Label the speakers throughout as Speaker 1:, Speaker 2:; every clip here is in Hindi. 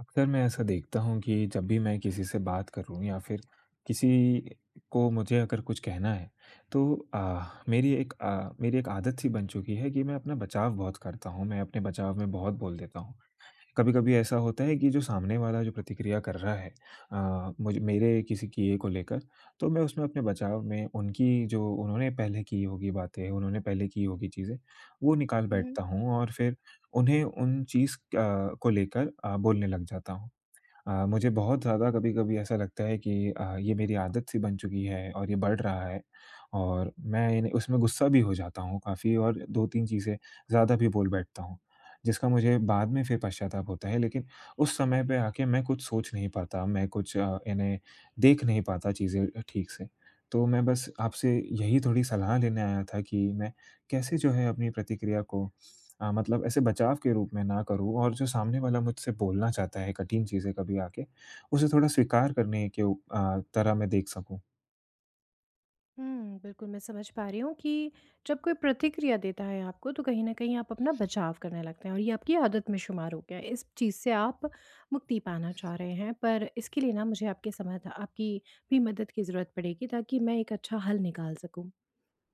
Speaker 1: अक्सर मैं ऐसा देखता हूँ कि जब भी मैं किसी से बात करूँ या फिर किसी को मुझे अगर कुछ कहना है तो मेरी एक आदत सी बन चुकी है कि मैं अपना बचाव बहुत करता हूँ, मैं अपने बचाव में बहुत बोल देता हूँ। कभी-कभी ऐसा होता है कि जो सामने वाला जो प्रतिक्रिया कर रहा है मुझ मेरे किसी किए को लेकर, तो मैं उसमें अपने बचाव में उनकी जो उन्होंने पहले की होगी बातें, उन्होंने पहले की होगी चीज़ें, वो निकाल
Speaker 2: हुँ,
Speaker 1: बैठता हूँ और फिर उन्हें उन को लेकर बोलने लग जाता हूँ। मुझे बहुत ज़्यादा कभी-कभी ऐसा लगता है कि ये मेरी आदत सी बन चुकी है और ये बढ़ रहा है, और मैं इन उसमें गुस्सा भी हो जाता हूँ काफ़ी, और 2-3 चीज़ें ज़्यादा भी बोल बैठता हूँ, जिसका मुझे बाद में फिर पश्चाताप होता है। लेकिन उस समय पे आके मैं कुछ सोच नहीं पाता, मैं कुछ इन्हें देख नहीं पाता चीज़ें ठीक से। तो मैं बस आपसे यही थोड़ी सलाह लेने आया था कि मैं कैसे जो है अपनी प्रतिक्रिया को मतलब ऐसे बचाव के रूप में ना करूँ, और जो सामने वाला मुझसे बोलना चाहता है कठिन चीज़ें कभी आके, उसे थोड़ा स्वीकार करने के तरह मैं देख सकूँ।
Speaker 2: हुँ, बिल्कुल मैं समझ पा रही हूँ कि जब कोई प्रतिक्रिया देता है आपको, तो कहीं न कहीं आप अपना बचाव करने लगते हैं और ये आपकी आदत में शुमार हो गया है। इस चीज़ से आप मुक्ति पाना चाह रहे हैं, पर इसके लिए ना मुझे आपके समाधा आपकी भी मदद की ज़रूरत पड़ेगी, ताकि मैं एक अच्छा हल निकाल सकूँ।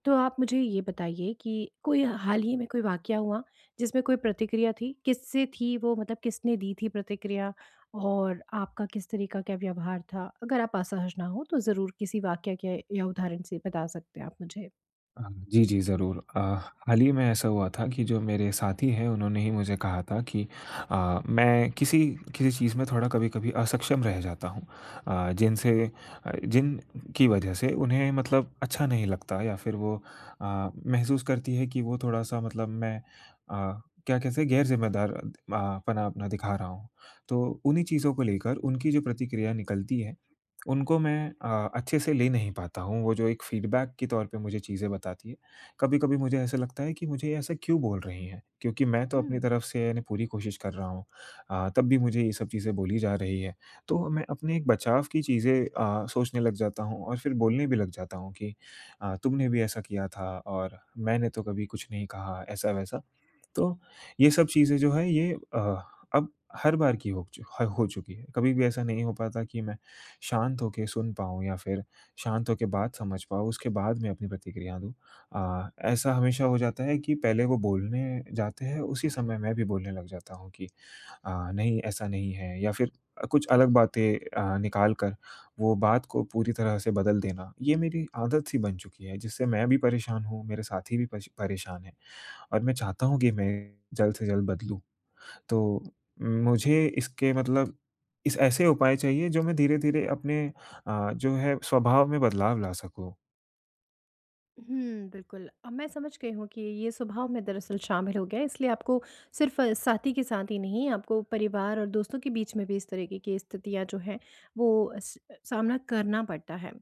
Speaker 2: तो आप मुझे ये बताइए कि कोई हाल ही में कोई वाकया हुआ जिसमें कोई प्रतिक्रिया थी? किससे थी वो, मतलब किसने दी थी प्रतिक्रिया, और आपका किस तरीक़ा का व्यवहार था? अगर आप असहज ना हो तो ज़रूर किसी वाकया के या उदाहरण से बता सकते हैं आप मुझे।
Speaker 1: अ, जी, जी, ज़रूर। हाल ही में ऐसा हुआ था कि जो मेरे साथी हैं, उन्होंने ही मुझे कहा था कि मैं किसी किसी चीज़ में थोड़ा कभी-कभी असक्षम रह जाता हूँ, अ, जिनसे जिनकी वजह से उन्हें मतलब अच्छा नहीं लगता, या फिर वो अ, महसूस करती है कि वो थोड़ा-सा मतलब मैं अ, क्या कहते हैं, गैर-ज़िम्मेदार पना अपना दिखा रहा हूँ। तो उन्हीं चीज़ों को लेकर उनकी जो प्रतिक्रिया निकलती है उनको मैं अच्छे से ले नहीं पाता हूँ, वो जो एक फ़ीडबैक के तौर पे मुझे चीज़ें बताती है। कभी-कभी मुझे ऐसा लगता है कि मुझे ये ऐसा क्यों बोल रही हैं? क्योंकि मैं तो अपनी तरफ से यानी पूरी कोशिश कर रहा हूँ, तब भी मुझे ये सब चीज़ें बोली जा रही है। तो मैं अपने एक बचाव की चीज़ें सोचने लग जाता हूँ और फिर बोलने भी लग जाता हूँ कि तुमने भी ऐसा किया था और मैंने तो कभी कुछ नहीं कहा, ऐसा-वैसा। तो ये सब चीज़ें जो है ये अब हर बार की हो चु ह हो चुकी है। कभी भी ऐसा नहीं हो पाता कि मैं शांत होके सुन पाऊँ या फिर शांत होके बात समझ पाऊँ, उसके बाद मैं अपनी प्रतिक्रिया दूँ। ऐसा हमेशा हो जाता है कि पहले वो बोलने जाते हैं, उसी समय मैं भी बोलने लग जाता हूँ कि नहीं ऐसा नहीं है, या फिर कुछ अलग बातें निकाल कर वो बात को पूरी तरह से बदल देना, ये मेरी आदत सी बन चुकी है जिससे मैं भी परेशान हूँ, मेरे साथी भी पश परेशान हैं। और मैं चाहता हूँ कि मैं जल्द से जल्द बदलूँ। तो मुझे इसके मतलब इस ऐसे उपाय चाहिए जो मैं धीरे-धीरे अपने जो है स्वभाव में बदलाव ला सकूँ।
Speaker 2: हुँ, बिल्कुल। अब मैं समझ गई हूँ कि ये स्वभाव में दरअसल शामिल हो गया है, इसलिए आपको सिर्फ़ साथी के साथ ही नहीं, आपको परिवार और दोस्तों के बीच में भी इस तरीके की स्थितियाँ जो हैं, वो स सामना करना पड़ता है।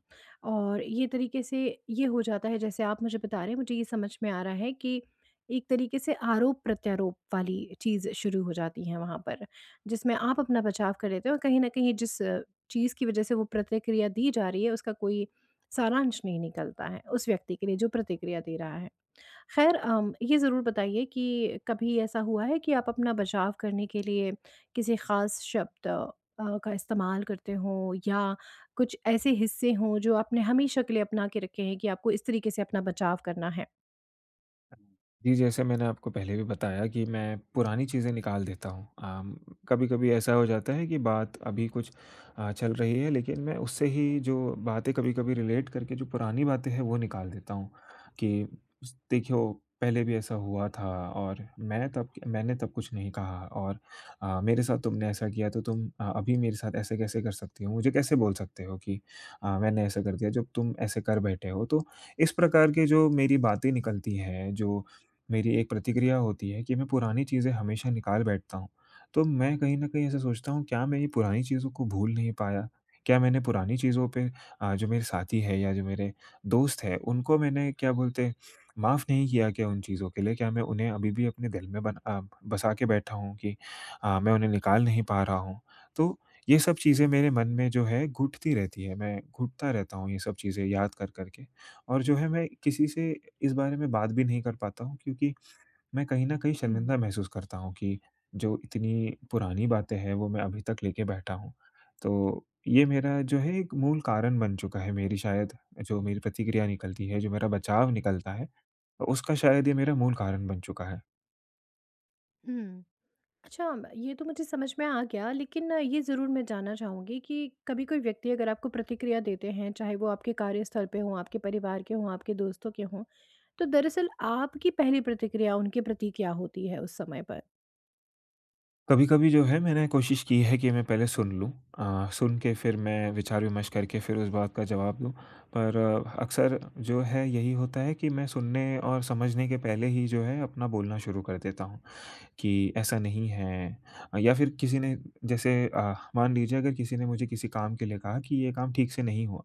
Speaker 2: और ये तरीके से ये हो जाता है, जैसे आप मुझे बता रहे हैं, मुझे ये समझ में आ रहा है कि एक तरीके से आरोप-प्रत्यारोप वाली चीज़ शुरू हो जाती है वहाँ पर, जिसमें आप अपना बचाव कर लेते हो, और कहीं न कहीं जिस चीज़ की वजह से वो प्रतिक्रिया दी जा रही है, उसका कोई सारांश नहीं निकलता है उस व्यक्ति के लिए जो प्रतिक्रिया दे रहा है। ख़ैर, ये ज़रूर बताइए कि कभी ऐसा हुआ है कि आप अपना बचाव करने के लिए किसी ख़ास शब्द का इस्तेमाल करते हों, या कुछ ऐसे हिस्से हों जो आपने हमेशा के लिए अपना के रखे हैं कि आपको इस तरीके से अपना बचाव करना है?
Speaker 1: जी, जैसे मैंने आपको पहले भी बताया कि मैं पुरानी चीज़ें निकाल देता हूँ। कभी-कभी ऐसा हो जाता है कि बात अभी कुछ चल रही है लेकिन मैं उससे ही जो बातें कभी-कभी रिलेट करके जो पुरानी बातें हैं वो निकाल देता हूँ कि स देखियो पहले भी ऐसा हुआ था और मैंने तब कुछ नहीं कहा, और मेरे साथ तुमने ऐसा किया तो तुम अभी मेरे साथ ऐसे कैसे कर सकती हो? मुझे कैसे बोल सकते हो कि मैंने ऐसा कर दिया जब तुम ऐसे कर बैठे हो? तो इस प्रकार के जो मेरी बातें निकलती हैं, जो मेरी एक प्रतिक्रिया होती है कि मैं पुरानी चीज़ें हमेशा निकाल बैठता हूँ। तो मैं कहीं न कहीं ऐसा सोचता हूँ, क्या मैं ये पुरानी चीज़ों को भूल नहीं पाया? क्या मैंने पुरानी चीज़ों पे जो मेरे साथी है या जो मेरे दोस्त हैं उनको मैंने क्या बोलते माफ़ नहीं किया क्या उन चीज़ों के लिए? क्या मैं उन्हें अभी भी अपने दिल में बसा के बैठा हूँ कि मैं उन्हें निकाल नहीं पा रहा हूँ? तो ये सब चीज़ें मेरे मन में जो है घुटती रहती है, मैं घुटता रहता हूँ ये सब चीज़ें याद कर के, और जो है मैं किसी से इस बारे में बात भी नहीं कर पाता हूँ क्योंकि मैं कहीं न कहीं
Speaker 2: हुँ,
Speaker 1: शर्मिंदा महसूस करता हूँ कि जो इतनी पुरानी बातें हैं, वो मैं अभी तक लेके बैठा हूँ। तो ये मेरा जो है एक मूल कारण बन चुका है, मेरी शायद जो मेरी प्रतिक्रिया निकलती है, जो मेरा बचाव निकलता है, उसका शायद ये मेरा मूल कारण बन चुका है।
Speaker 2: हुँ। अच्छा, म ये तो मुझे समझ में आ गया, लेकिन ये ज़रूर मैं जानना चाहूँगी कि कभी कोई व्यक्ति अगर आपको प्रतिक्रिया देते हैं, चाहे वो आपके कार्यस्थल पे हों, आपके परिवार के हों, आपके दोस्तों के हों, तो दरअसल आपकी पहली प्रतिक्रिया उनके प्रति क्या होती है उस समय पर?
Speaker 1: कभी-कभी जो है मैंने कोशिश की है कि मैं पहले सुन लूँ, सुन के फिर मैं विचार-विमर्श करके फिर उस बात का जवाब दूँ। पर अक्सर जो है यही होता है कि मैं सुनने और समझने के पहले ही जो है अपना बोलना शुरू कर देता हूँ। कि ऐसा नहीं है, या फिर किसी ने जैसे मान लीजिए अगर किसी ने मुझे किसी काम के लिए कहा कि ये काम ठीक से नहीं हुआ,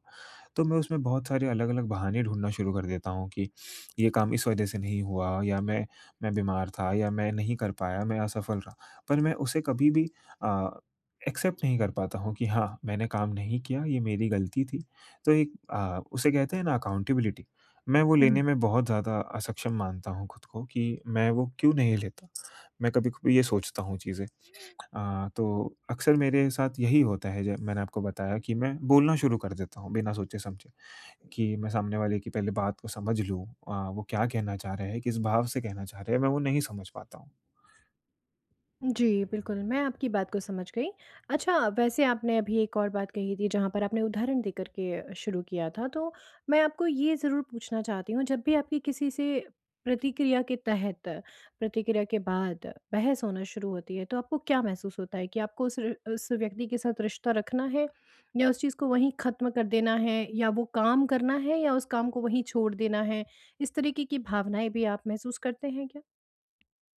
Speaker 1: तो मैं उसमें बहुत सारे अलग-अलग बहाने ढूँढना शुरू कर देता हूँ कि ये काम इस वजह से नहीं हुआ, या मैं बीमार था या मैं नहीं कर पाया, मैं असफल रहा। पर मैं उसे कभी भी अ, एक्सेप्ट नहीं कर पाता हूँ कि हाँ, मैंने काम नहीं किया, ये मेरी गलती थी। तो एक उसे कहते हैं ना, अकाउंटेबिलिटी, मैं वो लेने में बहुत ज़्यादा अक्षम मानता हूँ खुद को कि मैं वो क्यों नहीं लेता। मैं कभी-कभी ये सोचता हूँ चीज़ें। तो अक्सर मेरे साथ यही होता है ज मैंने आपको बताया कि मैं बोलना शुरू कर देता हूँ बिना सोचे-समझे कि मैं सामने वाले की पहले बात को समझ लूँ। वो क्या कहना चाह रहे हैं, किस भाव से कहना चाह रहे हैं, मैं वो नहीं समझ पाता हूँ।
Speaker 2: जी, बिल्कुल, मैं आपकी बात को समझ गई। अच्छा, वैसे आपने अभी एक और बात कही थी जहाँ पर आपने उदाहरण देकर के शुरू किया था, तो मैं आपको ये ज़रूर पूछना चाहती हूँ, जब भी आपकी किसी से प्रतिक्रिया के तहत, प्रतिक्रिया के बाद बहस होना शुरू होती है, तो आपको क्या महसूस होता है कि आपको उस व्यक्ति के साथ रिश्ता रखना है, या उस चीज़ को वहीं ख़त्म कर देना है, या वो काम करना है, या उस काम को वहीं छोड़ देना है? इस तरीके की भावनाएँ भी आप महसूस करते हैं क्या?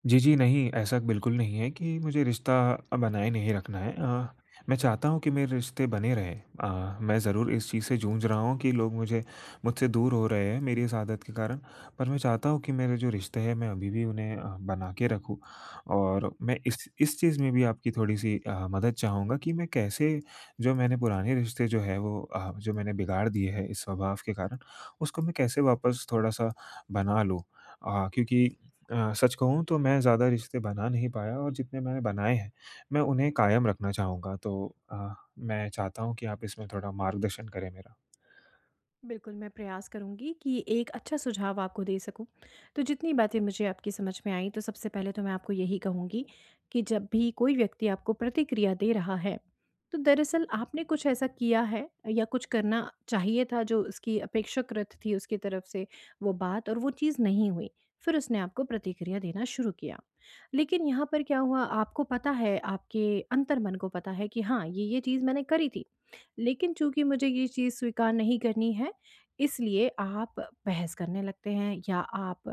Speaker 1: जी, जी, नहीं, ऐसा बिल्कुल नहीं है कि मुझे रिश्ता बनाए नहीं रखना है। मैं चाहता हूँ कि मेरे रिश्ते बने रहें। मैं ज़रूर इस चीज़ से जूझ रहा हूँ कि लोग मुझे मुझसे दूर हो रहे हैं मेरी इस आदत के कारण, पर मैं चाहता हूँ कि मेरे जो रिश्ते हैं मैं अभी भी उन्हें बना के रखूँ। और मैं इस चीज़ में भी आपकी थोड़ी-सी मदद चाहूँगा कि मैं कैसे जो मैंने पुराने रिश्ते जो है वो जो मैंने बिगाड़ दिए हैं इस स्वभाव के कारण, उसको मैं कैसे वापस थोड़ा-सा बना लूँ। क्योंकि सच कहूँ तो मैं ज़्यादा रिश्ते बना नहीं पाया, और जितने मैंने बनाए हैं, मैं उन्हें कायम रखना चाहूँगा। तो मैं चाहता हूँ कि आप इसमें थोड़ा मार्गदर्शन करें मेरा।
Speaker 2: बिल्कुल, मैं प्रयास करूँगी कि एक अच्छा सुझाव आपको दे सकूँ। तो जितनी बातें मुझे आपकी समझ में आईं, तो सबसे पहले तो मैं आपको यही कहूँगी कि जब भी कोई व्यक्ति आपको प्रतिक्रिया दे रहा है, तो दरअसल आपने कुछ ऐसा किया है या कुछ करना चाहिए था जो उसकी अपेक्षाकृत थी, उसकी तरफ से वो बात और वो चीज़ नहीं हुई। फिर उसने आपको प्रतिक्रिया देना शुरू किया। लेकिन यहाँ पर क्या हुआ आपको पता है, आपके अंतर्मन को पता है कि हाँ, ये चीज़ मैंने करी थी। लेकिन चूँकि मुझे ये चीज़ स्वीकार नहीं करनी है, इसलिए आप बहस करने लगते हैं, या आप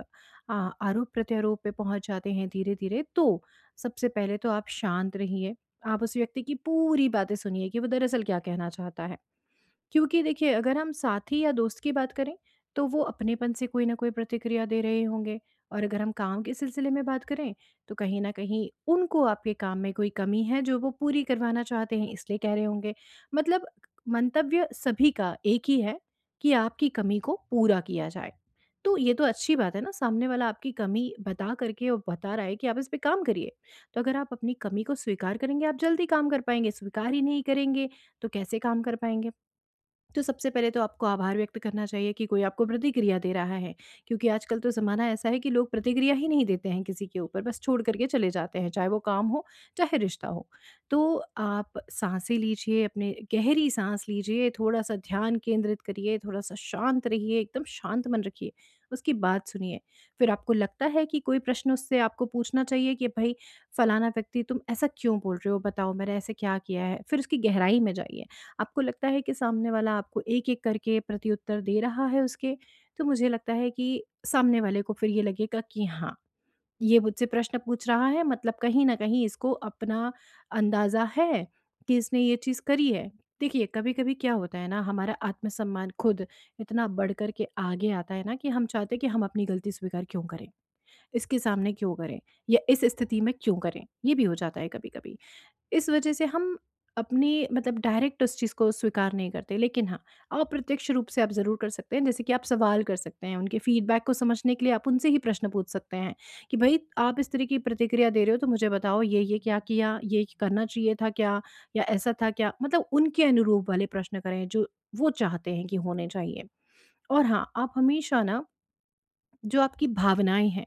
Speaker 2: आ, आरोप-प्रत्यारोप पे पहुँच जाते हैं धीरे-धीरे। तो सबसे पहले तो आप शांत रहिए। आप उस व्यक्ति की पूरी बातें सुनिए कि वो दरअसल क्या कहना चाहता है। क्योंकि देखिए, अगर हम साथी या दोस्त की बात करें, तो वो अपनेपन से कोई ना कोई प्रतिक्रिया दे रहे होंगे, और अगर हम काम के सिलसिले में बात करें, तो कहीं ना कहीं उनको आपके काम में कोई कमी है जो वो पूरी करवाना चाहते हैं, इसलिए कह रहे होंगे। मतलब मंतव्य सभी का एक ही है कि आपकी कमी को पूरा किया जाए। तो ये तो अच्छी बात है ना, सामने वाला आपकी कमी बता करके और बता रहा है कि आप इस पे काम करिए। तो अगर आप अपनी कमी को स्वीकार करेंगे, आप जल्दी काम कर पाएंगे। स्वीकार ही नहीं करेंगे, तो कैसे काम कर पाएंगे? तो सबसे पहले तो आपको आभार व्यक्त करना चाहिए कि कोई आपको प्रतिक्रिया दे रहा है, क्योंकि आजकल तो ज़माना ऐसा है कि लोग प्रतिक्रिया ही नहीं देते हैं किसी के ऊपर, बस छोड़ करके चले जाते हैं, चाहे वो काम हो, चाहे रिश्ता हो। तो आप सांसें लीजिए, अपने गहरी सांस लीजिए, थोड़ा सा ध्यान केंद्रित करिए, थोड़ा सा शांत रहिए, एकदम शांत मन रखिए, उसकी बात सुनिए। फिर आपको लगता है कि कोई प्रश्न उससे आपको पूछना चाहिए कि भाई फलाना व्यक्ति, तुम ऐसा क्यों बोल रहे हो? बताओ, मैंने ऐसे क्या किया है? फिर उसकी गहराई में जाइए। आपको लगता है कि सामने वाला आपको एक-एक करके प्रत्युत्तर दे रहा है उसके, तो मुझे लगता है कि सामने वाले को फिर ये लगेगा कि हाँ, ये मुझसे प्रश्न पूछ रहा है, मतलब कहीं न कहीं इसको अपना अंदाज़ा है कि इसने ये चीज़ करी है। देखिए, कभी-कभी क्या होता है ना, हमारा आत्मसम्मान खुद इतना बढ़ कर के आगे आता है ना कि हम चाहते हैं कि हम अपनी गलती स्वीकार क्यों करें? इसके सामने क्यों करें? या इस स्थिति में क्यों करें? ये भी हो जाता है कभी-कभी। इस वजह से हम अपनी, मतलब डायरेक्ट उस चीज़ को स्वीकार नहीं करते। लेकिन हाँ, अप्रत्यक्ष रूप से आप ज़रूर कर सकते हैं, जैसे कि आप सवाल कर सकते हैं, उनके फीडबैक को समझने के लिए आप उनसे ही प्रश्न पूछ सकते हैं कि भई आप इस तरह की प्रतिक्रिया दे रहे हो, तो मुझे बताओ, ये-ये क्या किया? ये करना चाहिए था क्या? या ऐसा था क्या? मतलब उनके अनुरूप वाले प्रश्न करें जो वो चाहते हैं कि होने चाहिए। और हाँ, आप हमेशा ना, जो आपकी भावनाएँ हैं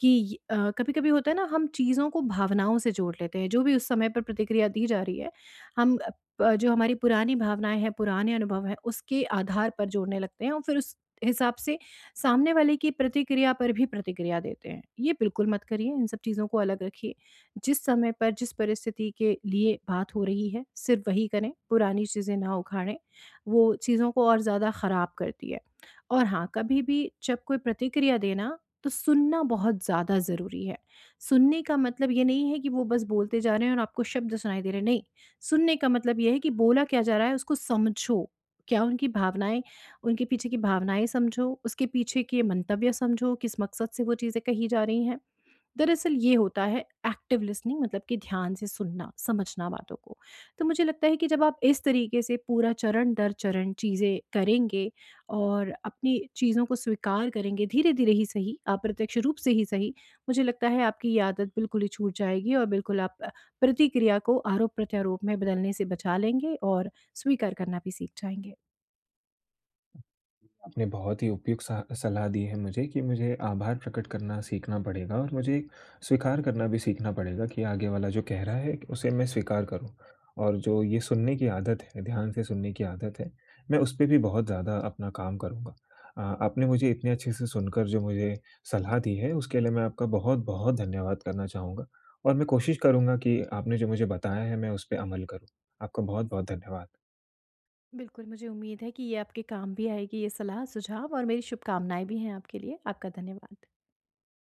Speaker 2: कि कभी-कभी होता है ना, हम चीज़ों को भावनाओं से जोड़ लेते हैं, जो भी उस समय पर प्रतिक्रिया दी जा रही है, हम अ, प जो हमारी पुरानी भावनाएँ हैं, पुराने अनुभव हैं, उसके आधार पर जोड़ने लगते हैं, और फिर उस हिसाब से सामने वाले की प्रतिक्रिया पर भी प्रतिक्रिया देते हैं। ये बिल्कुल मत करिए, इन सब चीज़ों को अलग रखिए। जिस समय पर, जिस परिस्थिति के लिए बात हो रही है, सिर्फ़ वही करें, पुरानी चीज़ें ना उखाड़ें, वो चीज़ों को और ज़्यादा ख़राब करती है। और हाँ, कभी भी जब कोई प्रतिक्रिया देना, तो सुनना बहुत ज़्यादा ज़रूरी है। सुनने का मतलब ये नहीं है कि वो बस बोलते जा रहे हैं और आपको शब्द सुनाई दे रहे हैं, नहीं। सुनने का मतलब ये है कि बोला क्या जा रहा है, उसको समझो। क्या उनकी भावनाएँ, उनके पीछे की भावनाएँ समझो, उसके पीछे के मंतव्य समझो, किस मकसद से वो चीज़ें कही जा रही हैं। दरअसल ये होता है एक्टिव लिसनिंग, मतलब कि ध्यान से सुनना, समझना बातों को। तो मुझे लगता है कि जब आप इस तरीके से पूरा चरण दर चरण चीज़ें करेंगे और अपनी चीज़ों को स्वीकार करेंगे, धीरे-धीरे ही सही, अप्रत्यक्ष रूप से ही सही, मुझे लगता है आपकी ये आदत बिल्कुल ही छूट जाएगी, और बिल्कुल आप प्रतिक्रिया को आरोप-प्रत्यारोप में बदलने से बचा लेंगे और स्वीकार करना भी सीख जाएँगे।
Speaker 1: आपने बहुत ही उपयुक्त सलाह दी है मुझे कि मुझे आभार प्रकट करना सीखना पड़ेगा, और मुझे स्वीकार करना भी सीखना पड़ेगा कि आगे वाला जो कह रहा है उसे मैं स्वीकार करूं। और जो ये सुनने की आदत है, ध्यान से सुनने की आदत है, मैं उस पे भी बहुत ज़्यादा अपना काम करूंगा। आपने मुझे इतने अच्छे से सुनकर जो मुझे सलाह दी है उसके लिए मैं आपका बहुत बहुत धन्यवाद करना चाहूँगा, और मैं कोशिश करूँगा कि आपने जो मुझे बताया है मैं उस पर अमल करूँ। आपका बहुत बहुत धन्यवाद।
Speaker 2: बिल्कुल, मुझे उम्मीद है कि ये आपके काम भी आएगी ये सलाह, सुझाव, और मेरी शुभकामनाएँ भी हैं आपके लिए। आपका धन्यवाद।